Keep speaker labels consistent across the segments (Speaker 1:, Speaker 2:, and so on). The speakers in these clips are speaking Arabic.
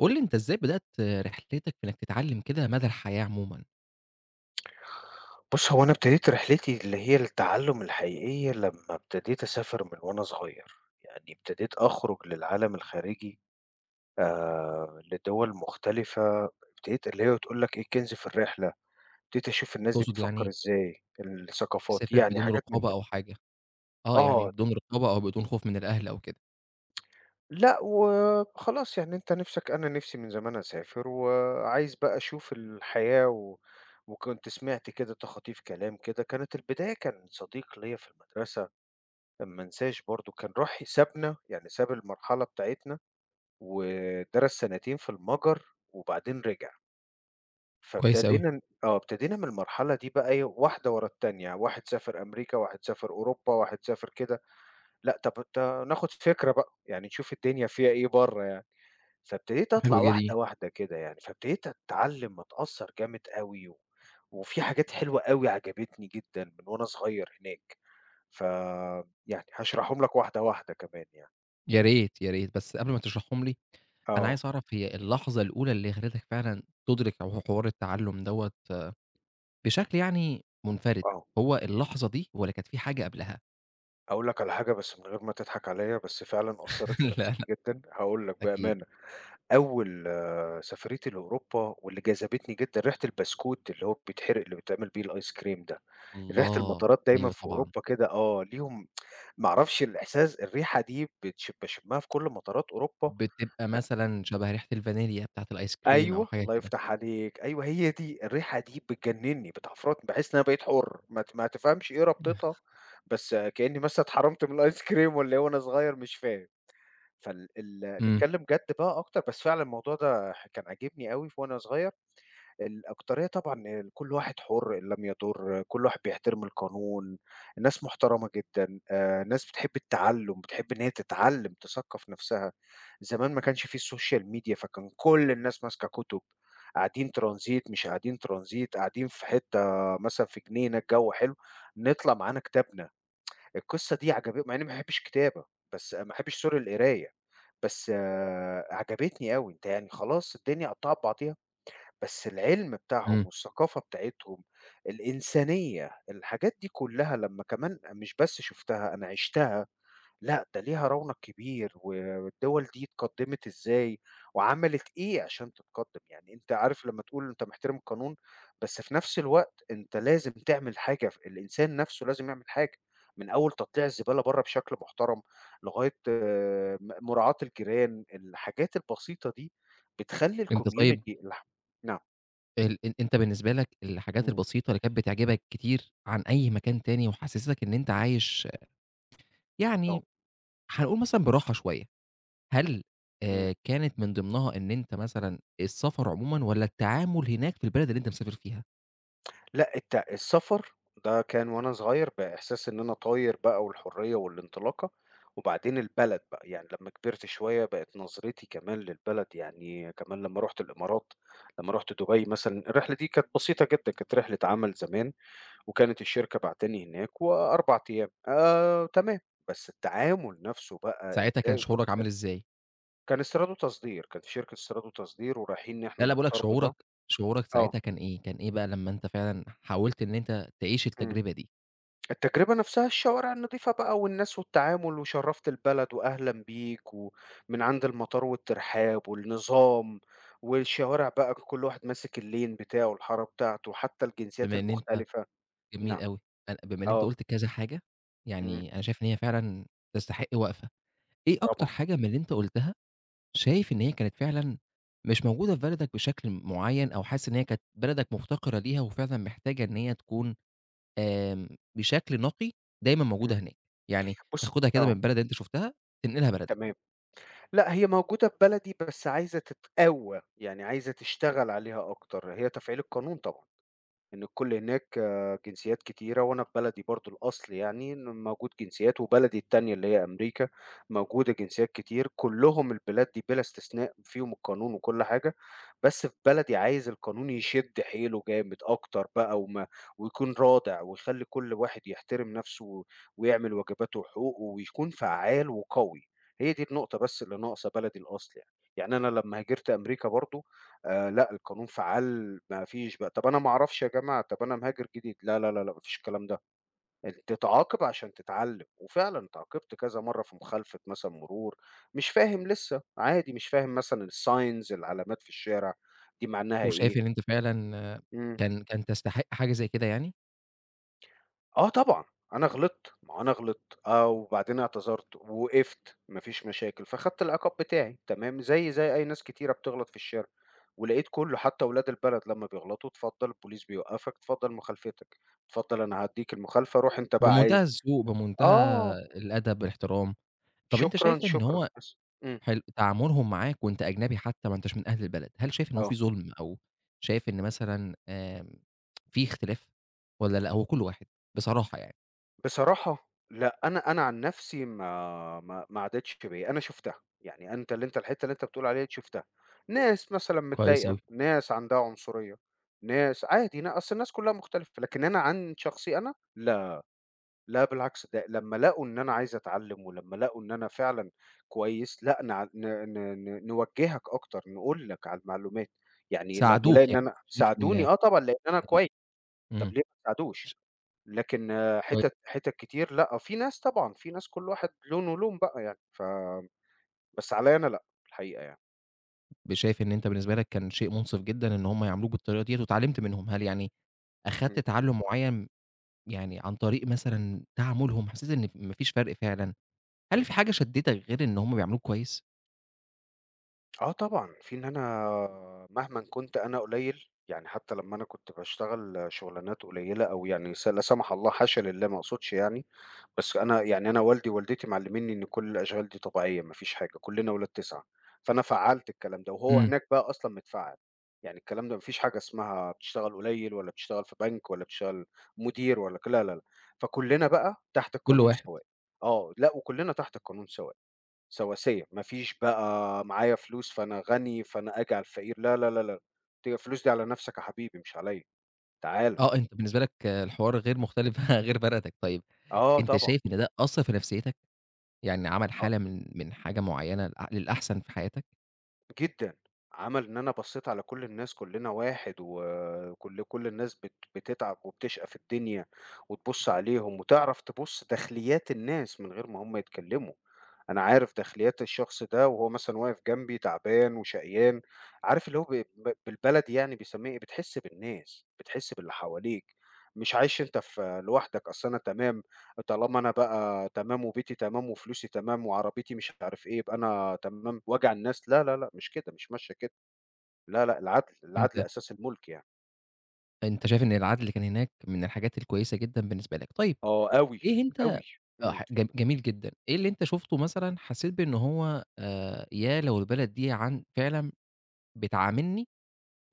Speaker 1: قُل لي أنت إزاي بدأت رحلتك في إنك تتعلم كده مدى الحياة عمومًا؟
Speaker 2: بُص، هو أنا ابتديت رحلتي اللي هي التعلُّم الحقيقية لمّا ابتديت أسافر من وأنا صغير، يعني ابتديت أخرُج للعالم الخارجي آآ لدول مختلفة، ابتديت اللي هي تقول لك إيه الكنز في الرحلة، ابتديت أشوف الناس دي
Speaker 1: تقصد
Speaker 2: بتفكّر
Speaker 1: يعني
Speaker 2: إزاي، الثقافات،
Speaker 1: تسافر
Speaker 2: يعني
Speaker 1: بدون
Speaker 2: حاجات من
Speaker 1: رقابة
Speaker 2: ده.
Speaker 1: أو حاجة، آه، يعني
Speaker 2: آه،
Speaker 1: بدون رقابة أو بدون خوف من الأهل أو كده،
Speaker 2: لأ وخلاص يعني أنت نِفْسك أنا نِفْسي من زمان أسافر وعايز بقى أشوف الحياة و وكنت سمعت كده تخاطيف كلام كده، كانت البداية كان صديق ليّا في المدرسة ما انساش برضه كان راح سابنا، يعني ساب المرحلة بتاعتنا ودرس 2 سنتين في المَجَر وبعدين رجع،
Speaker 1: كويس أوي،
Speaker 2: فابتدينا ن آه، ابتدينا من المرحلة دي بقى إيه، واحدة ورا التانية، واحد سافر أمريكا، واحد سافر أوروبا، واحد سافر كده، لأ طب ناخد فكرة بقى، يعني نشوف الدنيا فيها إيه برّه يعني، فابتديت أطلع
Speaker 1: حلوة جدًا دي،
Speaker 2: واحدة، واحدة كده يعني، فابتديت أتعلم وأتأثّر جامد أوي وفي حاجات حلوة أوي عجبتني جدًا من وأنا صغير هناك، ف يعني هاشرحهم لك واحدة، واحدة كمان يعني.
Speaker 1: يا ريت، يا ريت، بس قبل ما تشرحهم لي، أنا
Speaker 2: آه،
Speaker 1: عايز أعرف هي اللحظة الأولى اللي خلّتك فعلًا تُدرك حوار التعلم دوّة بشكل يعني منفرد،
Speaker 2: آه،
Speaker 1: هو اللحظة دي والّا كانت في حاجة قبلها؟
Speaker 2: هاقول لك على حاجة بس من غير ما تضحك عليَّ، بس فعلًا أثّرت في
Speaker 1: لا،
Speaker 2: نفسيتي
Speaker 1: لأ،
Speaker 2: جدًا، هاقول لك
Speaker 1: أكيد،
Speaker 2: بأمانة، أول سفريتي لأوروبا واللي جذبتني جدًا ريحة البسكوت اللي هو بيتحرق اللي بيتعمل بيه الآيس كريم ده، ريحة
Speaker 1: الله!
Speaker 2: المطارات دايمًا
Speaker 1: أيوه
Speaker 2: في
Speaker 1: طبعًا،
Speaker 2: أوروبا كده آه، ليهم ما أعرفش الإحساس الريحة دي باشمها في كل مطارات أوروبا.
Speaker 1: بتبقى مثلًا شبه ريحة الفانيليا بتاعة الآيس كريم أو
Speaker 2: أيوه،
Speaker 1: حاجة
Speaker 2: الله
Speaker 1: كده،
Speaker 2: يفتح عليك، أيوه هي دي، الريحة دي بتجننّي، بتعفرتني، باحس إن أنا بقيت حُر، ما تفهمش إيه رابطتها، بس كإنّي مثلًا اتحرمت من الآيس كريم والّا إيه وأنا صغير مش فاهم، فال ال
Speaker 1: إمم.
Speaker 2: نتكلّم جَد بقى أكتر، بس فعلًا الموضوع ده كان عاجبني أوي وأنا صغير. الأكترية طبعًا كل واحد حُر إن لم يضُر، كل واحد بيحترم القانون، الناس محترمة جدًا، ناس بتحب التعلُّم، بتحب إن هي تتعلّم، تثقّف نَفْسها. زمان ما كانش في السوشيال ميديا، فكان كل الناس ماسكة كُتب، قاعدين ترانزيت، مش قاعدين ترانزيت، قاعدين في حتّة مثلًا في جنينة، الجو حلو، نطلع معانا كتابنا. القصة دي عجب مع إنّي ما باحبّش الكتابة، بس ما باحبّش sorry القراية، بس آه، عجبتني أوي. أنت يعني خلاص الدنيا قطّعت بعضيها. بس العلم
Speaker 1: إمم،
Speaker 2: بتاعهم والثقافة بتاعتهم، الإنسانية، الحاجات دي كلّها لمّا كمان مش بس شُفتها، أنا عِشتها، لأ ده ليها رونق كبير والدول دي اتقدّمت إزاي وعملت إيه عشان تتقدّم، يعني أنت عارف لمّا تقول أنت محترم القانون، بس في نفس الوقت أنت لازم تعمل حاجة الإنسان نفسه لازم يعمل حاجة، من أول تطليع الزبالة برّه بشكل محترم، لغاية مراعاة الجيران، الحاجات البسيطة دي بتخلّي
Speaker 1: أنت طيب
Speaker 2: الcommunity نعم.
Speaker 1: ال أن أنت بالنسبة لك الحاجات
Speaker 2: إمم،
Speaker 1: البسيطة اللي كانت بتعجبك كتير عن أي مكان تاني وحسستك إن أنت عايش
Speaker 2: آه،
Speaker 1: يعني هنقول مثلًا براحة شوية، هل
Speaker 2: إمم،
Speaker 1: كانت من ضمنها إن أنت مثلًا السفر عمومًا والّا التعامل هناك في البلد اللي أنت مسافر فيها؟
Speaker 2: لأ الت السفر ده كان وأنا صغير بإحساس إن أنا طاير بقى والحرية والانطلاقة، وبعدين البلد بقى، يعني لمّا كبرت شوية بقت نظرتي كمان للبلد يعني كمان لمّا رُحت الإمارات، لمّا رُحت دبي مثلًا، الرحلة دي كانت بسيطة جدًا، كانت رحلة عمل زمان وكانت الشركة باعتاني هناك و4 أيام تمام، بس التعامل نفسه بقى.
Speaker 1: ساعتها كان
Speaker 2: إزاي كنت
Speaker 1: شعورك عامل إزاي؟
Speaker 2: كان استيراد وتصدير، كان في شركة استيراد وتصدير ورايحين إن
Speaker 1: لا،
Speaker 2: إحنا
Speaker 1: لأ باقول لك
Speaker 2: نختار بضاعة.
Speaker 1: شعورك شعورك
Speaker 2: آه،
Speaker 1: ساعتها كان إيه، كان إيه بقى لمّا أنت فعلًا حاولت إن أنت تعيش
Speaker 2: إمم.
Speaker 1: التجربة دي؟
Speaker 2: التجربة نفسها الشوارع النضيفة بقى والناس والتعامل وشرفت البلد وأهلا بيك ومن عند المطار والترحاب والنظام والشوارع بقى كل واحد ماسك اللين بتاعه الحارة بتاعته حتى الجنسيات
Speaker 1: بما إن أنت
Speaker 2: المختلفة.
Speaker 1: جميل
Speaker 2: نعم.
Speaker 1: أوي، بما إن أنت
Speaker 2: آه.
Speaker 1: قُلت كذا حاجة،
Speaker 2: إمم،
Speaker 1: يعني أنا شايف إن هي فعلًا تستحق وقفة. إيه أكتر
Speaker 2: طبعًا.
Speaker 1: حاجة من اللي أنت قُلتها شايف إن هي كانت فعلًا مش موجودة في بلدك بشكل معيّن أو حاسس إن هي كانت بلدك مُفتقرة ليها وفعلًا محتاجة إن هي تكون آمم بشكل نقي دايمًا
Speaker 2: إمم،
Speaker 1: موجودة هناك، يعني
Speaker 2: بُص
Speaker 1: تاخدها كده من
Speaker 2: آه،
Speaker 1: البلد اللي أنت شُفتها تنقلها بلدك،
Speaker 2: تمام، لأ هي موجودة في بلدي بس عايزة تتقوّى، يعني عايزة تشتغل عليها أكتر، هي تفعيل القانون طبعًا. إن الكل هناك آه، جنسيات كتيرة، وأنا في بلدي برضه الأصل يعني إن موجود جنسيات، وبلدي التانية اللي هي أمريكا موجودة جنسيات كتير، كلّهم البلاد دي بلا استثناء فيهم القانون وكل حاجة، بس في بلدي عايز القانون يشد حيله جامد أكتر بقى ويكون رادع ويخلّي كل واحد يحترم نَفْسه و- ويعمل واجباته وحقوقه ويكون فعّال وقوي، هي دي النقطة بس اللي ناقصة بلدي الأصل يعني. يعني أنا لمّا هاجرت أمريكا برضه لأ، القانون فعّال ما فيش بقى طَب أنا ما أعرفش يا جماعة، طَب أنا مهاجر جديد، لا، لا، لا، لا، ما فيش الكلام ده، أنت تعاقب عشان تتعلّم، وفعلًا اتعاقبت كذا مرّة في مخالفة مثلًا مرور، مش فاهم لسه، عادي مش فاهم مثلًا الsigns العلامات في الشارع دي معناها
Speaker 1: وشايف
Speaker 2: إيه.
Speaker 1: إن أنت فعلًا آه،
Speaker 2: إمم.
Speaker 1: كان تستحق حاجة زي كده يعني؟
Speaker 2: آه طبعًا، أنا غلطت، ما هو أنا غلطت آه، وبعدين اعتذرت ووقفت، ما فيش مشاكل، فخدت العقاب بتاعي تمام، زيي زي أي ناس كتيرة بتغلط في الشارع، ولقيت كُلّه حتى ولاد البلد لمّا بيغلطوا اتفضل البوليس بيوقّفك، اتفضل مخالفتك، اتفضل أنا هادّيك المخالفة، روح أنت بقى
Speaker 1: بمنتهى
Speaker 2: عايز.
Speaker 1: الذوق، بمنتهى
Speaker 2: آه،
Speaker 1: الأدب، الاحترام. طَب أنت
Speaker 2: شكرًا،
Speaker 1: شايف إن
Speaker 2: شكرًا
Speaker 1: هو
Speaker 2: بس. إمم،
Speaker 1: حلو، تعاملهم معاك وأنت أجنبي حتى ما أنتاش من أهل البلد، هل شايف إن هو في
Speaker 2: آه.
Speaker 1: ظُلم أو شايف إن مثلًا آمم في اختلاف والّا لأ هو كل واحد؟ بصراحة يعني،
Speaker 2: بصراحة لأ، أنا عن نفسي ما عدِّتش بيّا، أنا شُفتها، يعني أنت اللي أنت الحتّة اللي أنت بتقول عليها دي شُفتها، ناس مثلًا
Speaker 1: كويس
Speaker 2: متضايقة،
Speaker 1: أوي،
Speaker 2: ناس عندها عنصرية، ناس عادي أصل الناس كلّها مختلفة، لكن أنا عن شخصي أنا لأ، لأ بالعكس ده لمّا لقوا إن أنا عايز أتعلّم ولمّا لقوا إن أنا فعلًا كويس، لأ نع ن ن ن نوجّهك أكتر، نقول لك على المعلومات، يعني لمّا ألاقي
Speaker 1: ساعدوك
Speaker 2: إن
Speaker 1: يعني
Speaker 2: أنا
Speaker 1: شايف إن
Speaker 2: ساعدوني آه طبعًا، لإن أنا
Speaker 1: إن
Speaker 2: كويس، طَب
Speaker 1: إمم،
Speaker 2: ليه ما تساعدوش؟
Speaker 1: ش
Speaker 2: لكن آه،
Speaker 1: كوي
Speaker 2: حِتت كتير لأ، في ناس طبعًا، في ناس كل واحد لونه لون ولون بقى يعني، بس عليّا أنا لأ، الحقيقة يعني.
Speaker 1: شايف إن أنت بالنسبة لك كان شيء مُنصِف جدًا إن هم يعاملوك بالطريقة ديّة واتعلمت منهم، هل يعني أخدت
Speaker 2: إمم.
Speaker 1: تعلُّم معيّن يعني عن طريق مثلًا تعاملهم، حسيت إن ما فيش فرق فعلًا؟ هل في حاجة شدّتك غير إن هم بيعاملوك كويس؟
Speaker 2: آه طبعًا، في إن أنا مهمًا كنت أنا قليل، يعني حتى لمّا أنا كنت باشتغل شغلانات قليلة أو يعني لا سمح الله حاشا لله ما أقصدش يعني، بس أنا يعني أنا والدي ووالدتي معلمينّي إن كل الأشغال دي طبيعية ما فيش حاجة، كلنا ولاد 9. فأنا فعّلت الكلام ده، وهو
Speaker 1: إمم،
Speaker 2: هناك بقى أصلًا متفعّل، يعني الكلام ده ما فيش حاجة اسمها بتشتغل قليل والّا بتشتغل في بنك والّا بتشتغل مدير والّا ك لا، لا، لأ، فكلنا بقى تحت
Speaker 1: كل
Speaker 2: القانون
Speaker 1: واحد.
Speaker 2: سواء، آه، لأ وكلنا تحت القانون سواء. سواسية، ما فيش بقى معايا فلوس فأنا غني، فأنا آجي على الفقير، لا، لا، لا، لا، دي الفلوس دي على نَفْسك يا حبيبي مش عليّا، تعالَ.
Speaker 1: آه، أنت بالنسبة لك الحوار غير مختلف غير بلدك، طيب
Speaker 2: آه
Speaker 1: أنت
Speaker 2: طبعًا،
Speaker 1: شايف إن ده أثّر في نفسيتك؟ يعني عمل حالة من حاجة معيّنة لأ للأحسن في حياتك؟
Speaker 2: جدًا، عمل إن أنا بصّيت على كل الناس كلنا واحد، وكل الناس بتتعب وبتشقى في الدنيا، وتبُص عليهم وتعرف تبُص داخليات الناس من غير ما هم يتكلموا، أنا عارف داخليات الشخص ده وهو مثلًا واقف جنبي تعبان وشقيان، عارف اللي هو ب ب بالبلدي يعني بيسمّيها إيه، بتحس بالناس، بتحس باللي حواليك، مش عايش أنت في لوحدك، أصل أنا تمام طالما أنا بقى تمام وبيتي تمام وفلوسي تمام وعربيتي مش عارف إيه، يبقى أنا تمام وأجي على الناس، لا، لا، لأ، مش كده، مش ماشية كده، لا، لأ، العدل، العدل
Speaker 1: أنت
Speaker 2: أساس الملك يعني،
Speaker 1: أنت شايف إن العدل اللي كان هناك من الحاجات الكويسة جدًا بالنسبة لك، طيب
Speaker 2: آه أوي،
Speaker 1: إيه أنت
Speaker 2: أوي،
Speaker 1: آه،
Speaker 2: إمم،
Speaker 1: ح ج
Speaker 2: اتفضل.
Speaker 1: جميل جدًا، إيه اللي أنت شُفته مثلًا حسّيت بإن هو يا لو البلد دي عن فعلًا بتعاملني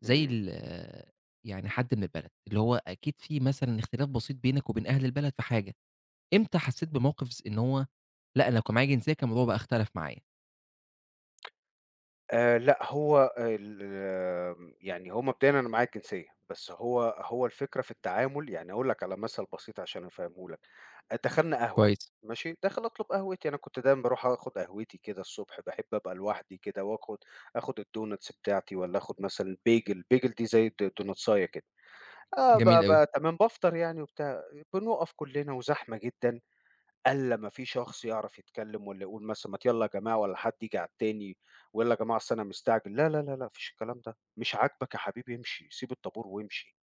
Speaker 1: زي
Speaker 2: إمم،
Speaker 1: آه، يعني حد من البلد، اللي هو أكيد في مثلًا اختلاف بسيط بينك وبين أهل البلد في حاجة. إمتى حسّيت بموقف إن هو لأ، أنا لو كان معايا جنسية كان الموضوع بقى اختلف معايا؟
Speaker 2: لأ هو ال آمم، يعني هو مبدئيًا أنا معايا الجنسية، بس هو الفكرة في التعامل، يعني هاقول لك على مثل بسيط عشان أفهمه لك. دخلنا قهوة،
Speaker 1: كويس،
Speaker 2: ماشي، داخل أطلب قهوتي، أنا كنت دايمًا باروح آخد قهوتي كده الصبح، باحب أبقى لوحدي كده وآخد الdonuts بتاعتي والّا آخد مثلًا bagel، bagel دي زي دونتساية كده، آه، ب
Speaker 1: جميل أوي.
Speaker 2: ب تمام بافطر يعني وبتاع، بنقف كلنا وزحمة جدًا، ألا ما في شخص يعرف يتكلم والّا يقول مثلًا ما يالّا يا جماعة والّا حد ييجي على التاني ويالّا يا جماعة أصل أنا مستعجل، لا، لا، لا، لا، ما فيش الكلام ده، مش عاجبك يا حبيبي امشي، سيب الطابور وامشي.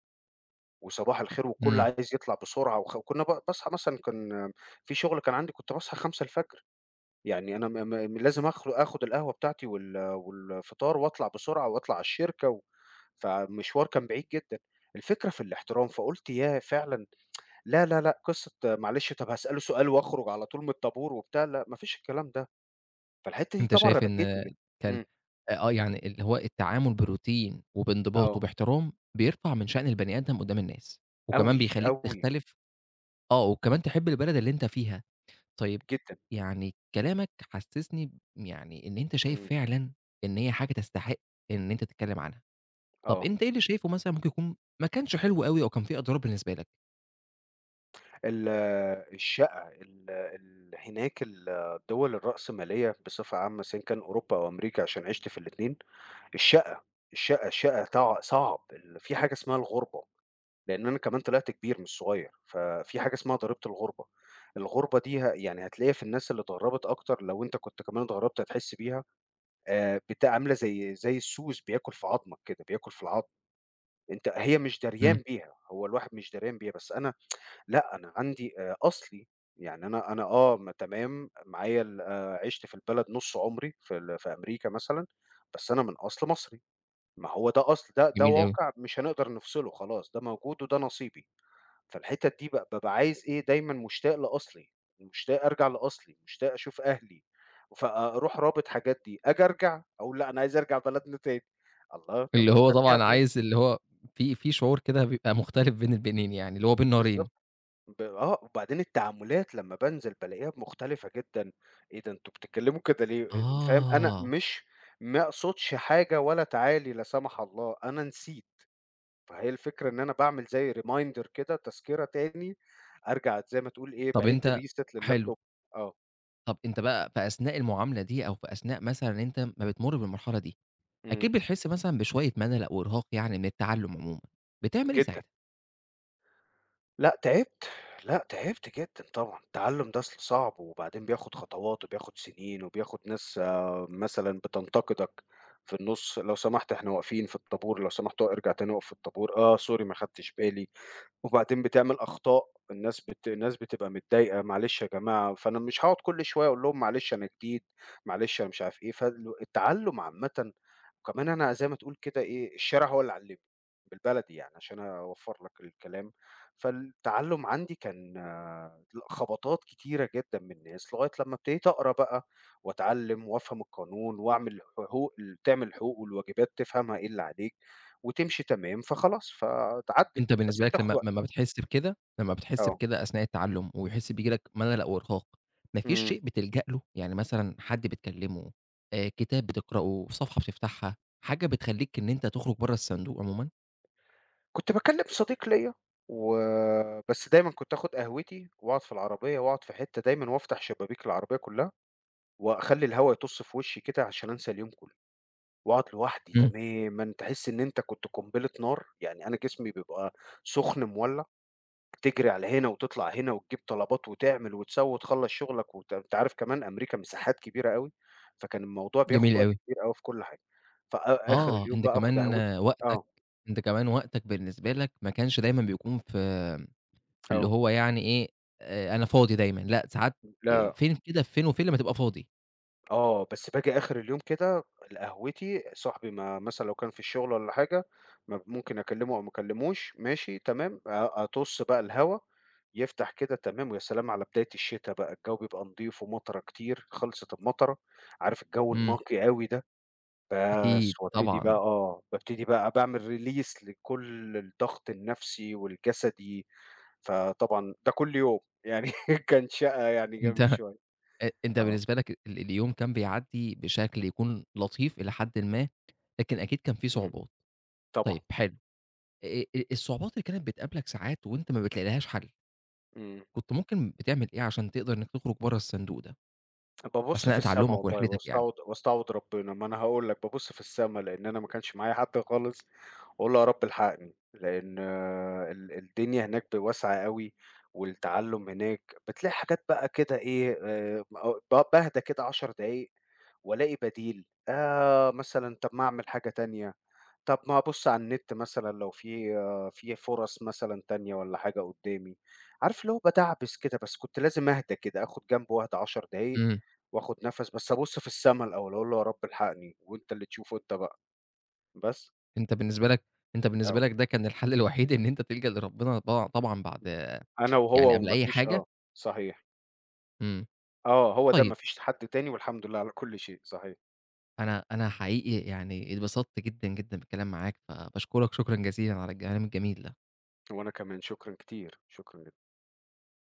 Speaker 2: وصباح الخير والكل
Speaker 1: إمم،
Speaker 2: عايز يطلع بسرعة وخ وكنّا ب باصحى مثلًا كان في شغل كان عندي كنت باصحى 5:00، يعني أنا م م لازم آخُد القهوة بتاعتي والفطار وأطلع بسرعة وأطلع على الشركة فالمشوار كان بعيد جدًا. الفكرة في الاحترام، فقُلت ياه! فعلًا لا، لا، لأ، قصة آه، معلش طَب هاسأله سؤال وأخرج على طول من الطابور وبتاع، لأ ما فيش الكلام ده. فالحتّة دي
Speaker 1: أنت
Speaker 2: طبعًا
Speaker 1: شايف
Speaker 2: ربكِتني
Speaker 1: إن
Speaker 2: جدًا.
Speaker 1: كان
Speaker 2: إمم.
Speaker 1: آه، يعني اللي هو التعامل بروتين وبانضباط
Speaker 2: آه.
Speaker 1: وباحترام بيرفع من شأن البني آدم قدّام الناس، وكمان
Speaker 2: أوي،
Speaker 1: بيخلّيك
Speaker 2: أوي،
Speaker 1: تختلف آه، وكمان تحب البلد اللي أنت فيها. طيب
Speaker 2: جدًا.
Speaker 1: يعني كلامك حسّسني يعني إن أنت شايف
Speaker 2: إمم.
Speaker 1: فعلًا إن هي حاجة تستحق إن أنت تتكلّم عنها. طَب
Speaker 2: آه.
Speaker 1: أنت إيه اللي شايفه مثلًا ممكن يكون ما كانش حلو أوي أو كان في أضرار بالنسبة لك؟
Speaker 2: ال الشقة ال ال هناك الدول الرأسمالية بصفة عامة سواء كان أوروبا أو أمريكا عشان عِشت في الاتنين، الشقة، الشقة صعب في حاجة اسمها الغُربة، لإن أنا كمان طلعت كبير مش صغير، ففي حاجة اسمها ضريبة الغُربة، الغُربة دي يعني هتلاقيها في الناس اللي اتغرّبت أكتر لو أنت كنت كمان اتغرّبت هتحس بيها، عاملة زي السوس بياكل في عضمك كده، بياكل في العضم، أنت هي مش
Speaker 1: إمم،
Speaker 2: داريان بيها، هو الواحد مش داريان بيها، بس أنا لأ، أنا عندي أصلي، يعني أنا آه، تمام معايا ال عِشت في البلد نُص عُمري في في أمريكا مثلًا، بس أنا من أصل مصري، ما هو ده أصل ده
Speaker 1: جميل أوي.
Speaker 2: واقع مش هنقدر نفصله خلاص، ده موجود وده نصيبي، فالحتت دي بابقى عايز إيه، دايمًا مشتاق لأصلي، مشتاق أرجع لأصلي، مشتاق أشوف أهلي، فأروح رابط حاجات دي، آجي أرجع أقول لأ، أنا عايز أرجع بلدنا تاني، الله! طب
Speaker 1: اللي
Speaker 2: ما أنت
Speaker 1: هو
Speaker 2: رجعت
Speaker 1: طبعًا
Speaker 2: أهو،
Speaker 1: عايز اللي هو في في شعور كده بيبقى مختلف بين البنين يعني، اللي هو بين نارين.
Speaker 2: بالضبط. ب آه، وبعدين التعاملات لمّا بانزل بالاقيها مختلفة جدًا، إيه ده أنتم بتتكلموا كده ليه؟ فاهم، أنا
Speaker 1: آه.
Speaker 2: مش ما اقصدش حاجة ولا تعالي لا سمح الله، أنا نسيت، فهي الفكرة إن أنا باعمل زي reminder كده تذكرة تاني، أرجع زي ما تقول إيه
Speaker 1: طب
Speaker 2: باعيد
Speaker 1: أنت
Speaker 2: reset
Speaker 1: حلو،
Speaker 2: لللابتوب. آه،
Speaker 1: طب أنت بقى في أثناء المعاملة دي أو في أثناء مثلًا إن أنت ما بتمُر بالمرحلة دي،
Speaker 2: إمم،
Speaker 1: أكيد بتحس مثلًا بشوية ملل أو إرهاق يعني من التعلُّم عمومًا، بتعمل إيه
Speaker 2: جدًا.
Speaker 1: ساعتها؟
Speaker 2: لأ تعبت، لأ تعبت جدًا طبعًا، التعلُّم ده أصل صعب، وبعدين بياخد خطوات وبياخد سنين وبياخد ناس آه، مثلًا بتنتقدك في النُص، لو سمحت إحنا واقفين في الطابور، لو سمحت ارجع تاني اقف في الطابور، آه sorry ما خدتش بالي. وبعدين بتعمل أخطاء، الناس بتبقى متضايقة، معلش يا جماعة، فأنا مش هاقعد كل شوية أقول لهم معلش أنا جديد، معلش أنا مش عارف إيه، التعلُّم عامةً وكمان أنا زي ما تقول كده إيه، الشارع هو اللي علّمني، بالبلدي يعني عشان أوفّر لك الكلام، فالتعلُّم عندي كان لأ خبطات كتيرة جدًا من الناس، لغاية لمّا ابتديت أقرا بقى وأتعلّم وأفهم القانون وأعمل حقوق تعمل الحقوق والواجبات، تفهمها إيه اللي عليك وتمشي تمام، فخلاص فاتعدِّت،
Speaker 1: أنت
Speaker 2: بس
Speaker 1: بالنسبة
Speaker 2: هي
Speaker 1: لك
Speaker 2: بتاخد
Speaker 1: لمّا
Speaker 2: وقت.
Speaker 1: بتحس بكده، لمّا بتحس
Speaker 2: آه،
Speaker 1: بكده أثناء التعلُّم ويحس بييجي لك ملل أو إرهاق، ما فيش
Speaker 2: إمم،
Speaker 1: شيء بتلجأ له؟ يعني مثلًا حد بتكلّمه، كتاب بتقرأه، صفحة بتفتحها، حاجة بتخلّيك إن أنت تخرج برّه الصندوق عمومًا؟
Speaker 2: كنت باكلّم صديق ليّا و بس دايمًا كنت آخُد قهوتي وأقعد في العربية وأقعد في حتّة دايمًا وأفتح شبابيك العربية كلّها وأخلّي الهوا يطُّص في وشّي كده عشان أنسى اليوم كلّه وأقعد لوحدي
Speaker 1: إمم،
Speaker 2: تمامًا، تحس إن أنت كنت قنبلة نار، يعني أنا جسمي بيبقى سُخن مولّع، تجري على هنا وتطلع هنا وتجيب طلبات وتعمل وتسوّي وتخلّص شُغلك أنت عارف كمان أمريكا مساحات كبيرة أوي، فكان الموضوع بياخُد
Speaker 1: جميل
Speaker 2: وقت
Speaker 1: أوي.
Speaker 2: كبير أوي في كل حاجة، آخِر
Speaker 1: آه،
Speaker 2: اليوم
Speaker 1: أنت
Speaker 2: بقى آخُد
Speaker 1: كمان
Speaker 2: قهوتي.
Speaker 1: وقتك
Speaker 2: آه،
Speaker 1: أنت كمان وقتك بالنسبة لك ما كانش دايمًا بيكون في في اللي
Speaker 2: آه،
Speaker 1: هو يعني إيه، أنا فاضي دايمًا، لأ ساعات
Speaker 2: لا
Speaker 1: فين كده فين وفين لمّا تبقى فاضي.
Speaker 2: آه، بس باجي آخر اليوم كده قهوتي، صاحبي ما مثلًا لو كان في الشغل والّا حاجة ما ممكن أكلمه أو ما أكلموش ماشي تمام، أطُص بقى الهوا يفتح كده تمام، ويا سلام على بداية الشتا بقى، الجو بيبقى نضيف ومطرة كتير، خلصت المطرة، عارف الجو
Speaker 1: إمم.
Speaker 2: النقي أوي ده، بس
Speaker 1: أكيد،
Speaker 2: وابتدي بقى
Speaker 1: طبعًا.
Speaker 2: آه، بابتدي بقى باعمل release لكل الضغط النفسي والجسدي، فطبعًا ده كل يوم يعني كان شقة يعني
Speaker 1: أنت
Speaker 2: جامد شوية،
Speaker 1: أنت
Speaker 2: آه،
Speaker 1: بالنسبة لك اليوم كان بيعدّي بشكل يكون لطيف إلى حدٍ ما، لكن أكيد كان في
Speaker 2: إمم،
Speaker 1: صعوبات.
Speaker 2: طبعًا،
Speaker 1: طيب حلو، الصعوبات اللي كانت بتقابلك ساعات وأنت ما بتلاقي لهاش حل،
Speaker 2: إمم.
Speaker 1: كنت ممكن بتعمل إيه عشان تقدر إنك تخرج برّه الصندوق ده،
Speaker 2: بابُص في
Speaker 1: أثناء
Speaker 2: السما
Speaker 1: تعلمك
Speaker 2: والله
Speaker 1: ورحلتك يعني؟
Speaker 2: واستعوض واستعوض ربنا، ما أنا هاقول لك بابُص في السما لإن أنا ما كانش معايا حد خالص، وأقول له يا رب الحقني، لإن آه، الدنيا هناك واسعة أوي، والتعلُّم هناك بتلاقي حاجات بقى كده إيه، ب باهدى كده 10 دقايق وألاقي بديل، مثلًا طَب ما أعمل حاجة تانية. طب ما هابُص على النت مثلًا لو في آه، في فرص مثلًا تانية والّا حاجة قدّامي، عارف اللي هو بادعبس كده، بس كنت لازم أهدى كده، آخُد جنب واهدى 10 دقايق
Speaker 1: إمم،
Speaker 2: وآخُد نَفَس، بس أبُص في السما الأول، أقول له يا رب الحقني وأنت اللي تشوفه أنت بقى، بس
Speaker 1: أنت بالنسبة لك أنت
Speaker 2: آه،
Speaker 1: بالنسبة لك ده كان الحل الوحيد إن أنت تلجأ لربنا طبعًا طبعًا بعد
Speaker 2: أنا
Speaker 1: يعني
Speaker 2: وهو
Speaker 1: قبل
Speaker 2: وما
Speaker 1: أي
Speaker 2: فيش
Speaker 1: حاجة؟
Speaker 2: آه، صحيح،
Speaker 1: إمم،
Speaker 2: آه، هو ده
Speaker 1: طيب
Speaker 2: ما فيش حد تاني والحمد لله على كل شيء، صحيح،
Speaker 1: أنا أنا حقيقي يعني اتبسطت جدًا، جدًا بالكلام معاك، فباشكرك شكرًا جزيلًا على الكلام الجميل ده.
Speaker 2: وأنا كمان شكرًا كتير، شكرًا جدًا.